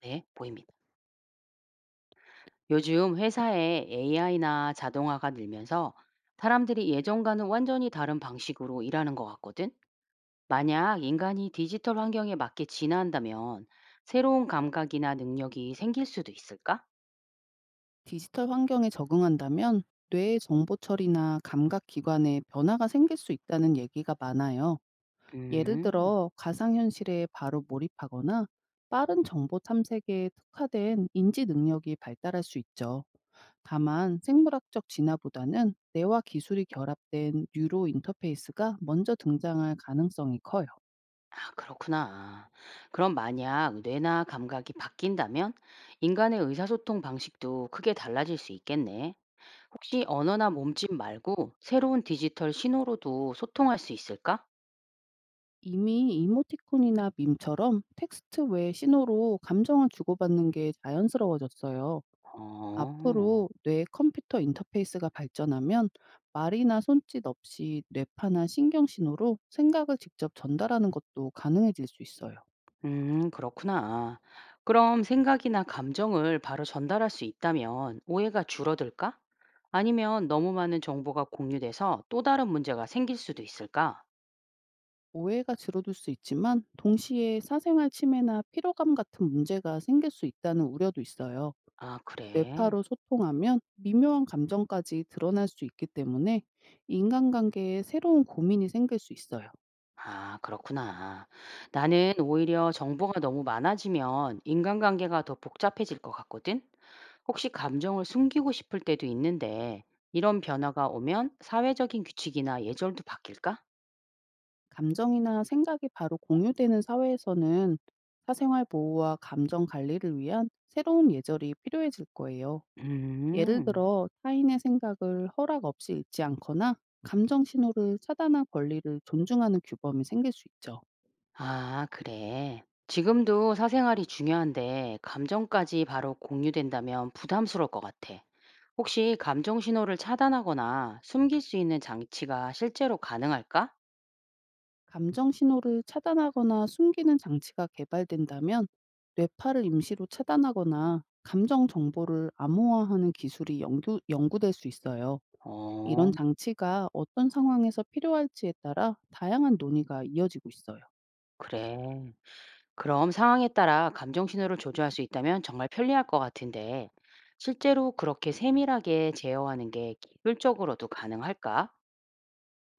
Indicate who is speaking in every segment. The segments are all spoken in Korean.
Speaker 1: 네, 보입니다. 요즘 회사에 AI나 자동화가 늘면서 사람들이 예전과는 완전히 다른 방식으로 일하는 것 같거든? 만약 인간이 디지털 환경에 맞게 진화한다면 새로운 감각이나 능력이 생길 수도 있을까?
Speaker 2: 디지털 환경에 적응한다면 뇌의 정보 처리나 감각 기관에 변화가 생길 수 있다는 얘기가 많아요. 예를
Speaker 1: 음,
Speaker 2: 들어 가상현실에 바로 몰입하거나 빠른 정보 탐색에 특화된 인지 능력이 발달할 수 있죠. 다만 생물학적 진화보다는 뇌와 기술이 결합된 뉴로 인터페이스가 먼저 등장할 가능성이 커요.
Speaker 1: 아, 그렇구나. 그럼 만약 뇌나 감각이 바뀐다면 인간의 의사소통 방식도 크게 달라질 수 있겠네. 혹시 언어나 몸짓 말고 새로운 디지털 신호로도 소통할 수 있을까?
Speaker 2: 이미 이모티콘이나 밈처럼 텍스트 외 신호로 감정을 주고받는 게 자연스러워졌어요.
Speaker 1: 어.
Speaker 2: 앞으로 뇌 컴퓨터 인터페이스가 발전하면 말이나 손짓 없이 뇌파나 신경 신호로 생각을 직접 전달하는 것도 가능해질 수 있어요.
Speaker 1: 그렇구나. 그럼 생각이나 감정을 바로 전달할 수 있다면 오해가 줄어들까? 아니면 너무 많은 정보가 공유돼서 또 다른 문제가 생길 수도 있을까?
Speaker 2: 오해가 줄어들 수 있지만, 동시에 사생활 침해나 피로감 같은 문제가 생길 수 있다는 우려도 있어요.
Speaker 1: 아, 그래.
Speaker 2: 뇌파로 소통하면 미묘한 감정까지 드러날 수 있기 때문에 인간관계에 새로운 고민이 생길 수 있어요.
Speaker 1: 아, 그렇구나. 나는 오히려 정보가 너무 많아지면 인간관계가 더 복잡해질 것 같거든? 혹시 감정을 숨기고 싶을 때도 있는데 이런 변화가 오면 사회적인 규칙이나 예절도 바뀔까?
Speaker 2: 감정이나 생각이 바로 공유되는 사회에서는 사생활 보호와 감정 관리를 위한 새로운 예절이 필요해질 거예요. 예를
Speaker 1: 음.
Speaker 2: 들어 타인의 생각을 허락 없이 읽지 않거나 감정 신호를 차단할 권리를 존중하는 규범이 생길 수 있죠.
Speaker 1: 아, 그래. 지금도 사생활이 중요한데 감정까지 바로 공유된다면 부담스러울 것 같아. 혹시 감정 신호를 차단하거나 숨길 수 있는 장치가 실제로 가능할까?
Speaker 2: 감정 신호를 차단하거나 숨기는 장치가 개발된다면 뇌파를 임시로 차단하거나 감정 정보를 암호화하는 기술이 연구될 수 있어요. 이런
Speaker 1: 어,
Speaker 2: 장치가 어떤 상황에서 필요할지에 따라 다양한 논의가 이어지고 있어요.
Speaker 1: 그래. 그럼 상황에 따라 감정 신호를 조절할 수 있다면 정말 편리할 것 같은데 실제로 그렇게 세밀하게 제어하는 게 기술적으로도 가능할까?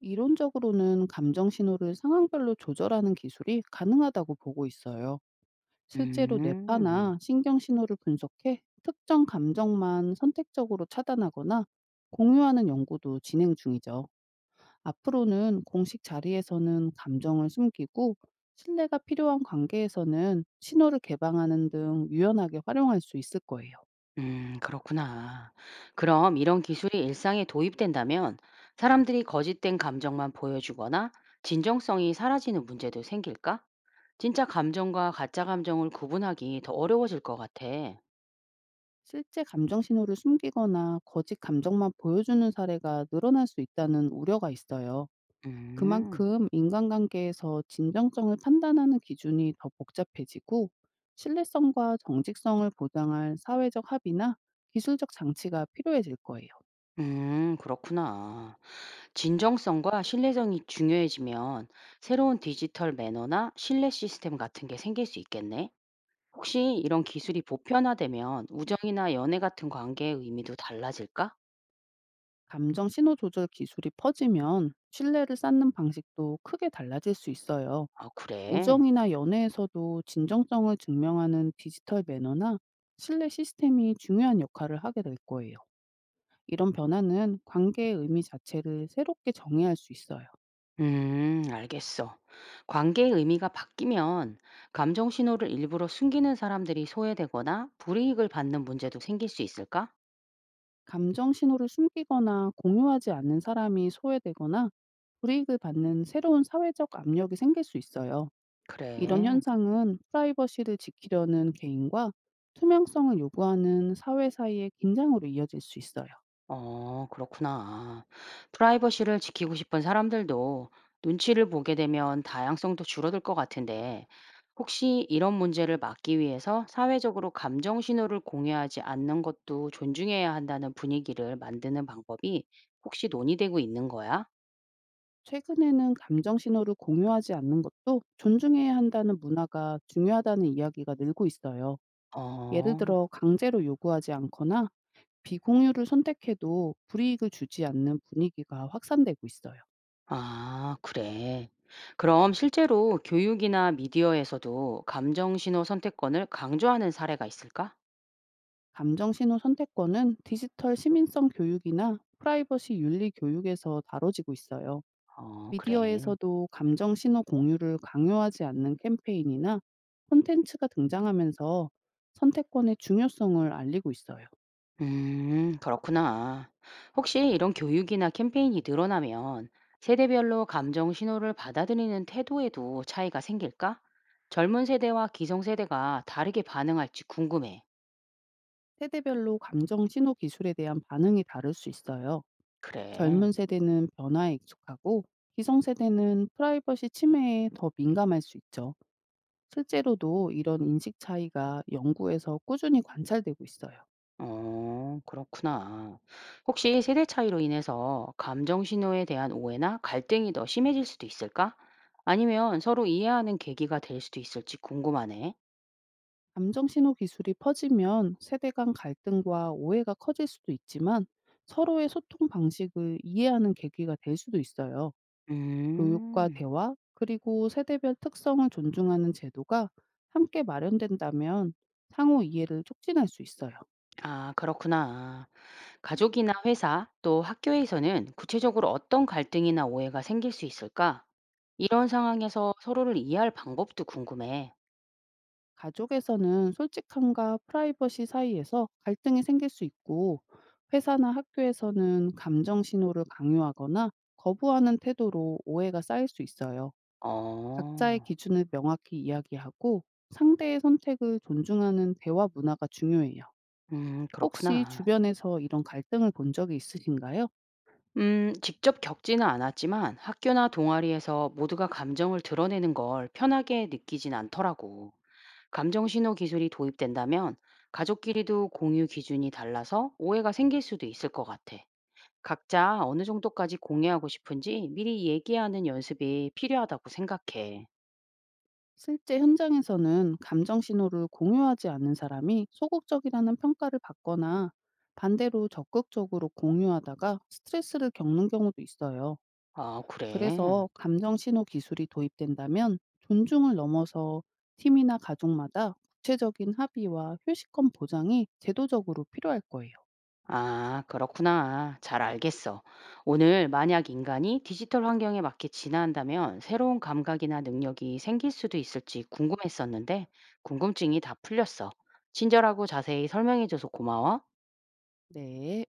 Speaker 2: 이론적으로는 감정 신호를 상황별로 조절하는 기술이 가능하다고 보고 있어요. 실제로
Speaker 1: 음.
Speaker 2: 뇌파나 신경 신호를 분석해 특정 감정만 선택적으로 차단하거나 공유하는 연구도 진행 중이죠. 앞으로는 공식 자리에서는 감정을 숨기고, 신뢰가 필요한 관계에서는 신호를 개방하는 등 유연하게 활용할 수 있을 거예요.
Speaker 1: 그렇구나. 그럼 이런 기술이 일상에 도입된다면 사람들이 거짓된 감정만 보여주거나 진정성이 사라지는 문제도 생길까? 진짜 감정과 가짜 감정을 구분하기 더 어려워질 것 같아.
Speaker 2: 실제 감정 신호를 숨기거나 거짓 감정만 보여주는 사례가 늘어날 수 있다는 우려가 있어요.
Speaker 1: 음,
Speaker 2: 그만큼 인간관계에서 진정성을 판단하는 기준이 더 복잡해지고, 신뢰성과 정직성을 보장할 사회적 합의나 기술적 장치가 필요해질 거예요.
Speaker 1: 그렇구나. 진정성과 신뢰성이 중요해지면 새로운 디지털 매너나 신뢰 시스템 같은 게 생길 수 있겠네. 혹시 이런 기술이 보편화되면 우정이나 연애 같은 관계의 의미도 달라질까?
Speaker 2: 감정 신호 조절 기술이 퍼지면 신뢰를 쌓는 방식도 크게 달라질 수 있어요.
Speaker 1: 아, 그래.
Speaker 2: 우정이나 연애에서도 진정성을 증명하는 디지털 매너나 신뢰 시스템이 중요한 역할을 하게 될 거예요. 이런 변화는 관계의 의미 자체를 새롭게 정의할 수 있어요.
Speaker 1: 알겠어. 관계의 의미가 바뀌면 감정 신호를 일부러 숨기는 사람들이 소외되거나 불이익을 받는 문제도 생길 수 있을까?
Speaker 2: 감정 신호를 숨기거나 공유하지 않는 사람이 소외되거나 불이익을 받는 새로운 사회적 압력이 생길 수 있어요. 이런
Speaker 1: 그래.
Speaker 2: 현상은 프라이버시를 지키려는 개인과 투명성을 요구하는 사회 사이의 긴장으로 이어질 수 있어요.
Speaker 1: 어, 그렇구나. 프라이버시를 지키고 싶은 사람들도 눈치를 보게 되면 다양성도 줄어들 것 같은데, 혹시 이런 문제를 막기 위해서 사회적으로 감정 신호를 공유하지 않는 것도 존중해야 한다는 분위기를 만드는 방법이 혹시 논의되고 있는 거야?
Speaker 2: 최근에는 감정 신호를 공유하지 않는 것도 존중해야 한다는 문화가 중요하다는 이야기가 늘고 있어요. 예를
Speaker 1: 어.
Speaker 2: 들어 강제로 요구하지 않거나 비공유를 선택해도 불이익을 주지 않는 분위기가 확산되고 있어요.
Speaker 1: 아, 그래. 그럼 실제로 교육이나 미디어에서도 감정신호 선택권을 강조하는 사례가 있을까?
Speaker 2: 감정 신호 선택권은 디지털 시민성 교육이나 프라이버시 윤리 교육에서 다뤄지고 있어요.
Speaker 1: 어, 그래.
Speaker 2: 미디어에서도 감정 신호 공유를 강요하지 않는 캠페인이나 콘텐츠가 등장하면서 선택권의 중요성을 알리고 있어요.
Speaker 1: 그렇구나. 혹시 이런 교육이나 캠페인이 늘어나면 세대별로 감정 신호를 받아들이는 태도에도 차이가 생길까? 젊은 세대와 기성세대가 다르게 반응할지 궁금해.
Speaker 2: 세대별로 감정 신호 기술에 대한 반응이 다를 수 있어요.
Speaker 1: 그래.
Speaker 2: 젊은 세대는 변화에 익숙하고, 기성세대는 프라이버시 침해에 더 민감할 수 있죠. 실제로도 이런 인식 차이가 연구에서 꾸준히 관찰되고 있어요.
Speaker 1: 어, 그렇구나. 혹시 세대 차이로 인해서 감정 신호에 대한 오해나 갈등이 더 심해질 수도 있을까? 아니면 서로 이해하는 계기가 될 수도 있을지 궁금하네.
Speaker 2: 감정 신호 기술이 퍼지면 세대 간 갈등과 오해가 커질 수도 있지만, 서로의 소통 방식을 이해하는 계기가 될 수도 있어요. 교육과
Speaker 1: 음,
Speaker 2: 대화, 그리고 세대별 특성을 존중하는 제도가 함께 마련된다면 상호 이해를 촉진할 수 있어요.
Speaker 1: 아, 그렇구나. 가족이나 회사, 또 학교에서는 구체적으로 어떤 갈등이나 오해가 생길 수 있을까? 이런 상황에서 서로를 이해할 방법도 궁금해.
Speaker 2: 가족에서는 솔직함과 프라이버시 사이에서 갈등이 생길 수 있고, 회사나 학교에서는 감정 신호를 강요하거나 거부하는 태도로 오해가 쌓일 수 있어요. 각자의
Speaker 1: 어,
Speaker 2: 기준을 명확히 이야기하고 상대의 선택을 존중하는 대화 문화가 중요해요. 혹시
Speaker 1: 그렇구나.
Speaker 2: 주변에서 이런 갈등을 본 적이 있으신가요?
Speaker 1: 직접 겪지는 않았지만 학교나 동아리에서 모두가 감정을 드러내는 걸 편하게 느끼진 않더라고. 감정신호 기술이 도입된다면 가족끼리도 공유 기준이 달라서 오해가 생길 수도 있을 것 같아. 각자 어느 정도까지 공유하고 싶은지 미리 얘기하는 연습이 필요하다고 생각해.
Speaker 2: 실제 현장에서는 감정 신호를 공유하지 않는 사람이 소극적이라는 평가를 받거나 반대로 적극적으로 공유하다가 스트레스를 겪는 경우도 있어요.
Speaker 1: 아, 그래.
Speaker 2: 그래서 감정 신호 기술이 도입된다면 존중을 넘어서 팀이나 가족마다 구체적인 합의와 휴식권 보장이 제도적으로 필요할 거예요.
Speaker 1: 아, 그렇구나. 잘 알겠어. 오늘 만약 인간이 디지털 환경에 맞게 진화한다면 새로운 감각이나 능력이 생길 수도 있을지 궁금했었는데 궁금증이 다 풀렸어. 친절하고 자세히 설명해줘서 고마워.
Speaker 2: 네.